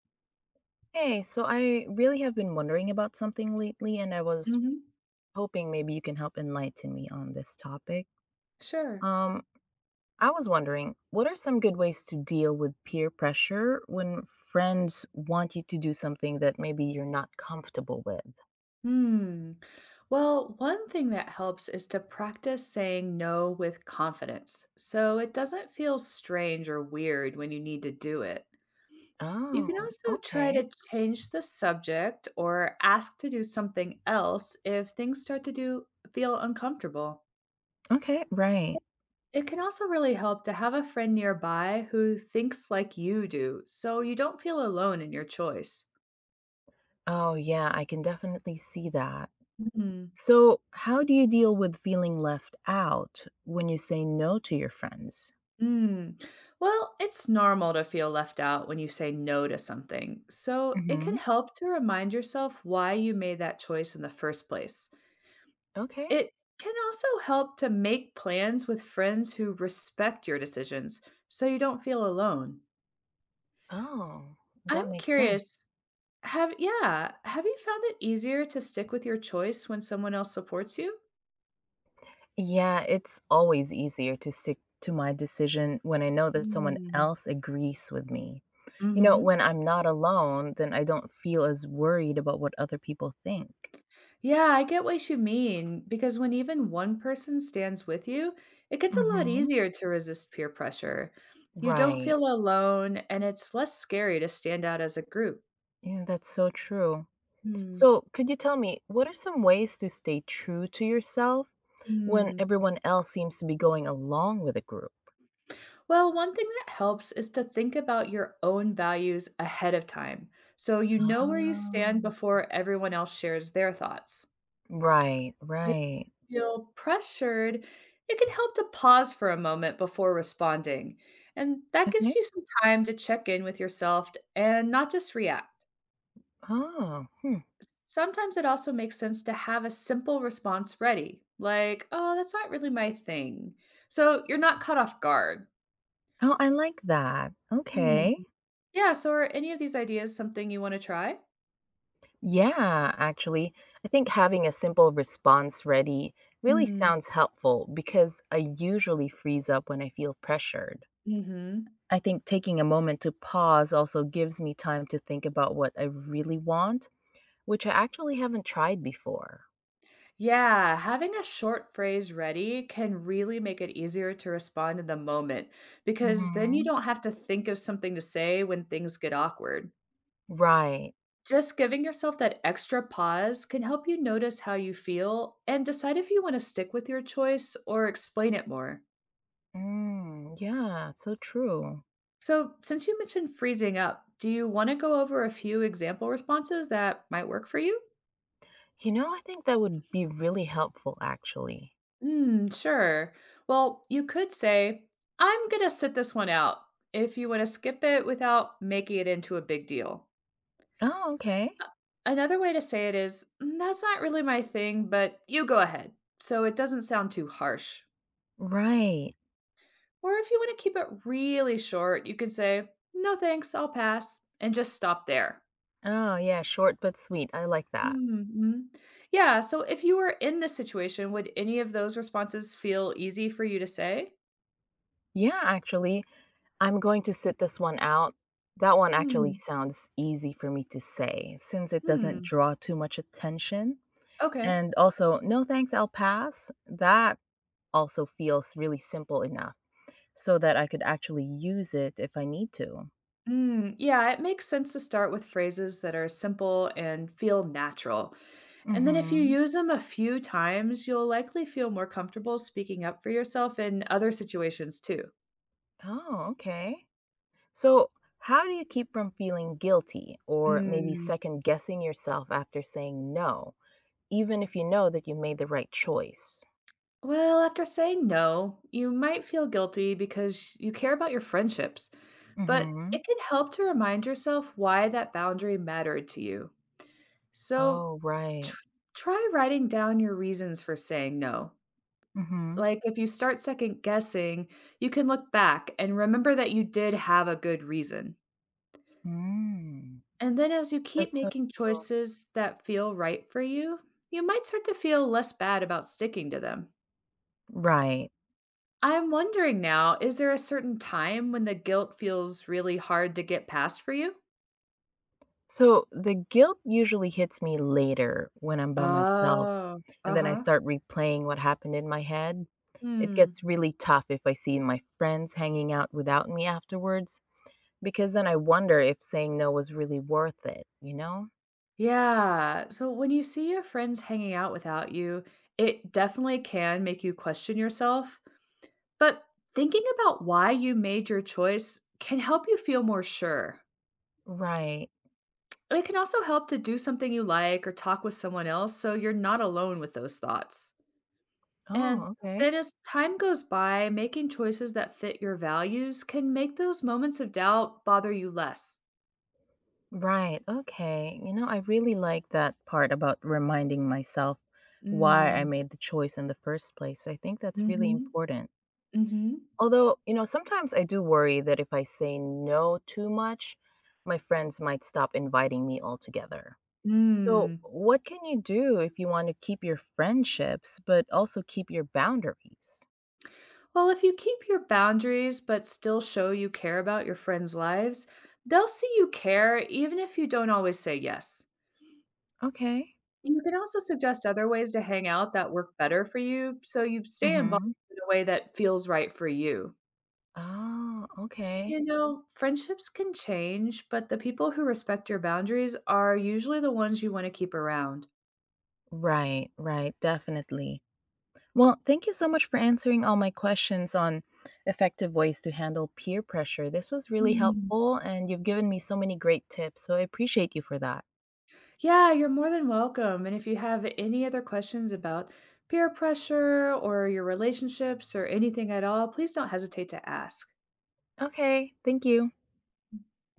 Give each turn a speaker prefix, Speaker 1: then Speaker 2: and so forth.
Speaker 1: Hey, so I really have been wondering about something lately, and I was
Speaker 2: Mhm.
Speaker 1: hoping maybe you can help enlighten me on this topic.
Speaker 2: Sure.
Speaker 1: Um, I was wondering, what are some good ways to deal with peer pressure when friends want you to do something that maybe you're not comfortable with?
Speaker 2: Hmm. Well, one thing that helps is to practice saying no with confidence so it doesn't feel strange or weird when you need to do it. You
Speaker 1: Oh,
Speaker 2: can also try
Speaker 1: okay.
Speaker 2: to change the subject or ask to do something else if things start to do feel uncomfortable.
Speaker 1: Okay, right.
Speaker 2: It can also really help to have a friend nearby who thinks like you do so you don't feel alone in your choice.
Speaker 1: Oh, yeah, I can definitely see that. So, how do you deal with feeling left out when you say no to your friends?
Speaker 2: Mm. Well, it's normal to feel left out when you say no to something, so it can
Speaker 1: Mm-hmm.
Speaker 2: help to remind yourself why you made that choice in the first place.
Speaker 1: Okay.
Speaker 2: It can also help to make plans with friends who respect your decisions so you don't feel alone.
Speaker 1: Oh,
Speaker 2: I'm
Speaker 1: that makes sense.
Speaker 2: curious, have you found it easier to stick with your choice when someone else supports you?
Speaker 1: Yeah, it's always easier to stick to my decision when I know that someone
Speaker 2: Mm.
Speaker 1: else agrees with me. You know,
Speaker 2: Mhm.
Speaker 1: when I'm not alone, then I don't feel as worried about what other people think.
Speaker 2: Yeah, I get what you mean because when even one person stands with you, it gets a lot
Speaker 1: Mm-hmm.
Speaker 2: easier to resist peer pressure. You don't feel
Speaker 1: Right.
Speaker 2: alone, and it's less scary to stand out as a group.
Speaker 1: Yeah, that's so true.
Speaker 2: Hmm.
Speaker 1: So, could you tell me what are some ways to stay true to yourself when
Speaker 2: Hmm.
Speaker 1: everyone else seems to be going along with a group?
Speaker 2: Well, one thing that helps is to think about your own values ahead of time so you know where you
Speaker 1: Ah,
Speaker 2: stand before everyone else shares their thoughts.
Speaker 1: right, right.
Speaker 2: Feel pressured, it can help to pause for a moment before responding. And that gives
Speaker 1: Okay.
Speaker 2: you some time to check in with yourself and not just react.
Speaker 1: Oh, hmm.
Speaker 2: Sometimes it also makes sense to have a simple response ready, like, oh, that's not really my thing. So you're not caught off guard.
Speaker 1: Oh, I like that.
Speaker 2: Hmm.
Speaker 1: Okay.
Speaker 2: Yeah, so are any of these ideas something you want to try?
Speaker 1: Yeah, actually, I think having a simple response ready really sounds helpful because I usually freeze up when I feel pressured.
Speaker 2: Mm-hmm.
Speaker 1: I think taking a moment to pause also gives me time to think about what I really want, which I actually haven't tried before.
Speaker 2: Yeah, having a short phrase ready can really make it easier to respond in the moment because then you
Speaker 1: hmm
Speaker 2: don't have to think of something to say when things get awkward.
Speaker 1: Right.
Speaker 2: Just giving yourself that extra pause can help you notice how you feel and decide if you want to stick with your choice or explain it more.
Speaker 1: Mm, yeah, so true.
Speaker 2: So, since you mentioned freezing up, do you want to go over a few example responses that might work for you?
Speaker 1: You know, I think that would be really helpful, actually.
Speaker 2: Mm, sure. Well, you could say, I'm going to sit this one out if you want to skip it without making it into a big deal.
Speaker 1: Oh, okay.
Speaker 2: Another way to say it is, "Mm, that's not really my thing, but you go ahead." So it doesn't sound too harsh.
Speaker 1: Right.
Speaker 2: Or if you want to keep it really short, you can say, no thanks, I'll pass, and just stop there.
Speaker 1: Oh, yeah, short but sweet. I like that.
Speaker 2: Hmm. Yeah, so if you were in this situation, would any of those responses feel easy for you to say?
Speaker 1: Yeah, actually, I'm going to sit this one out. That one actually
Speaker 2: Hmm.
Speaker 1: sounds easy for me to say since it doesn't
Speaker 2: Hmm.
Speaker 1: draw too much attention.
Speaker 2: Okay.
Speaker 1: And also, no thanks, I'll pass. That also feels really simple enough so that I could actually use it if I need to.
Speaker 2: Mm, yeah, it makes sense to start with phrases that are simple and feel natural. And then if you
Speaker 1: Mm-hmm.
Speaker 2: use them a few times, you'll likely feel more comfortable speaking up for yourself in other situations too.
Speaker 1: Oh, okay. So, how do you keep from feeling guilty or maybe
Speaker 2: Mm.
Speaker 1: second guessing yourself after saying no? Even if you know that you made the right choice.
Speaker 2: Well, after saying no, you might feel guilty because you care about your friendships, but
Speaker 1: Mhm.
Speaker 2: it can help to remind yourself why that boundary mattered to you. So
Speaker 1: Oh, right.
Speaker 2: tr- try writing down your reasons for saying no.
Speaker 1: Mhm.
Speaker 2: Like, if you start second guessing, you can look back and remember that you did have a good reason.
Speaker 1: Mm.
Speaker 2: And then as you keep
Speaker 1: That's so
Speaker 2: making
Speaker 1: cool.
Speaker 2: choices that feel right for you, you might start to feel less bad about sticking to them.
Speaker 1: Right.
Speaker 2: I'm wondering now, is there a certain time when the guilt feels really hard to get past for you?
Speaker 1: So, the guilt usually hits me later when I'm by myself,
Speaker 2: Oh,
Speaker 1: and then I
Speaker 2: uh-huh.
Speaker 1: start replaying what happened in my head. It
Speaker 2: Hmm.
Speaker 1: gets really tough if I see my friends hanging out without me afterwards, because then I wonder if saying no was really worth it, you know?
Speaker 2: Yeah. So when you see your friends hanging out without you, it definitely can make you question yourself. But thinking about why you made your choice can help you feel more sure.
Speaker 1: Right.
Speaker 2: And it can also help to do something you like or talk with someone else so you're not alone with those thoughts. And
Speaker 1: Oh,
Speaker 2: then,
Speaker 1: okay.
Speaker 2: as time goes by, making choices that fit your values can make those moments of doubt bother you less.
Speaker 1: Right. Okay. You know, I really like that part about reminding myself why I
Speaker 2: Mm,
Speaker 1: made the choice in the first place. I think that's really
Speaker 2: mm-hmm,
Speaker 1: important.
Speaker 2: mm-hmm.
Speaker 1: Although, you know, sometimes I do worry that if I say no too much, my friends might stop inviting me altogether. So,
Speaker 2: Mm.
Speaker 1: what can you do if you want to keep your friendships but also keep your boundaries?
Speaker 2: Well, if you keep your boundaries but still show you care about your friends' lives, they'll see you care even if you don't always say yes.
Speaker 1: Okay.
Speaker 2: You can also suggest other ways to hang out that work better for you so you stay involved
Speaker 1: Mhm.
Speaker 2: in a way that feels right for you.
Speaker 1: Oh, okay.
Speaker 2: You know, friendships can change, but the people who respect your boundaries are usually the ones you want to keep around.
Speaker 1: Right, right, definitely. Well, thank you so much for answering all my questions on effective ways to handle peer pressure. This was really
Speaker 2: Mm.
Speaker 1: helpful, and you've given me so many great tips. So I appreciate you for that.
Speaker 2: Yeah, you're more than welcome. And if you have any other questions about peer pressure or your relationships or anything at all, please don't hesitate to ask.
Speaker 1: Okay, thank you.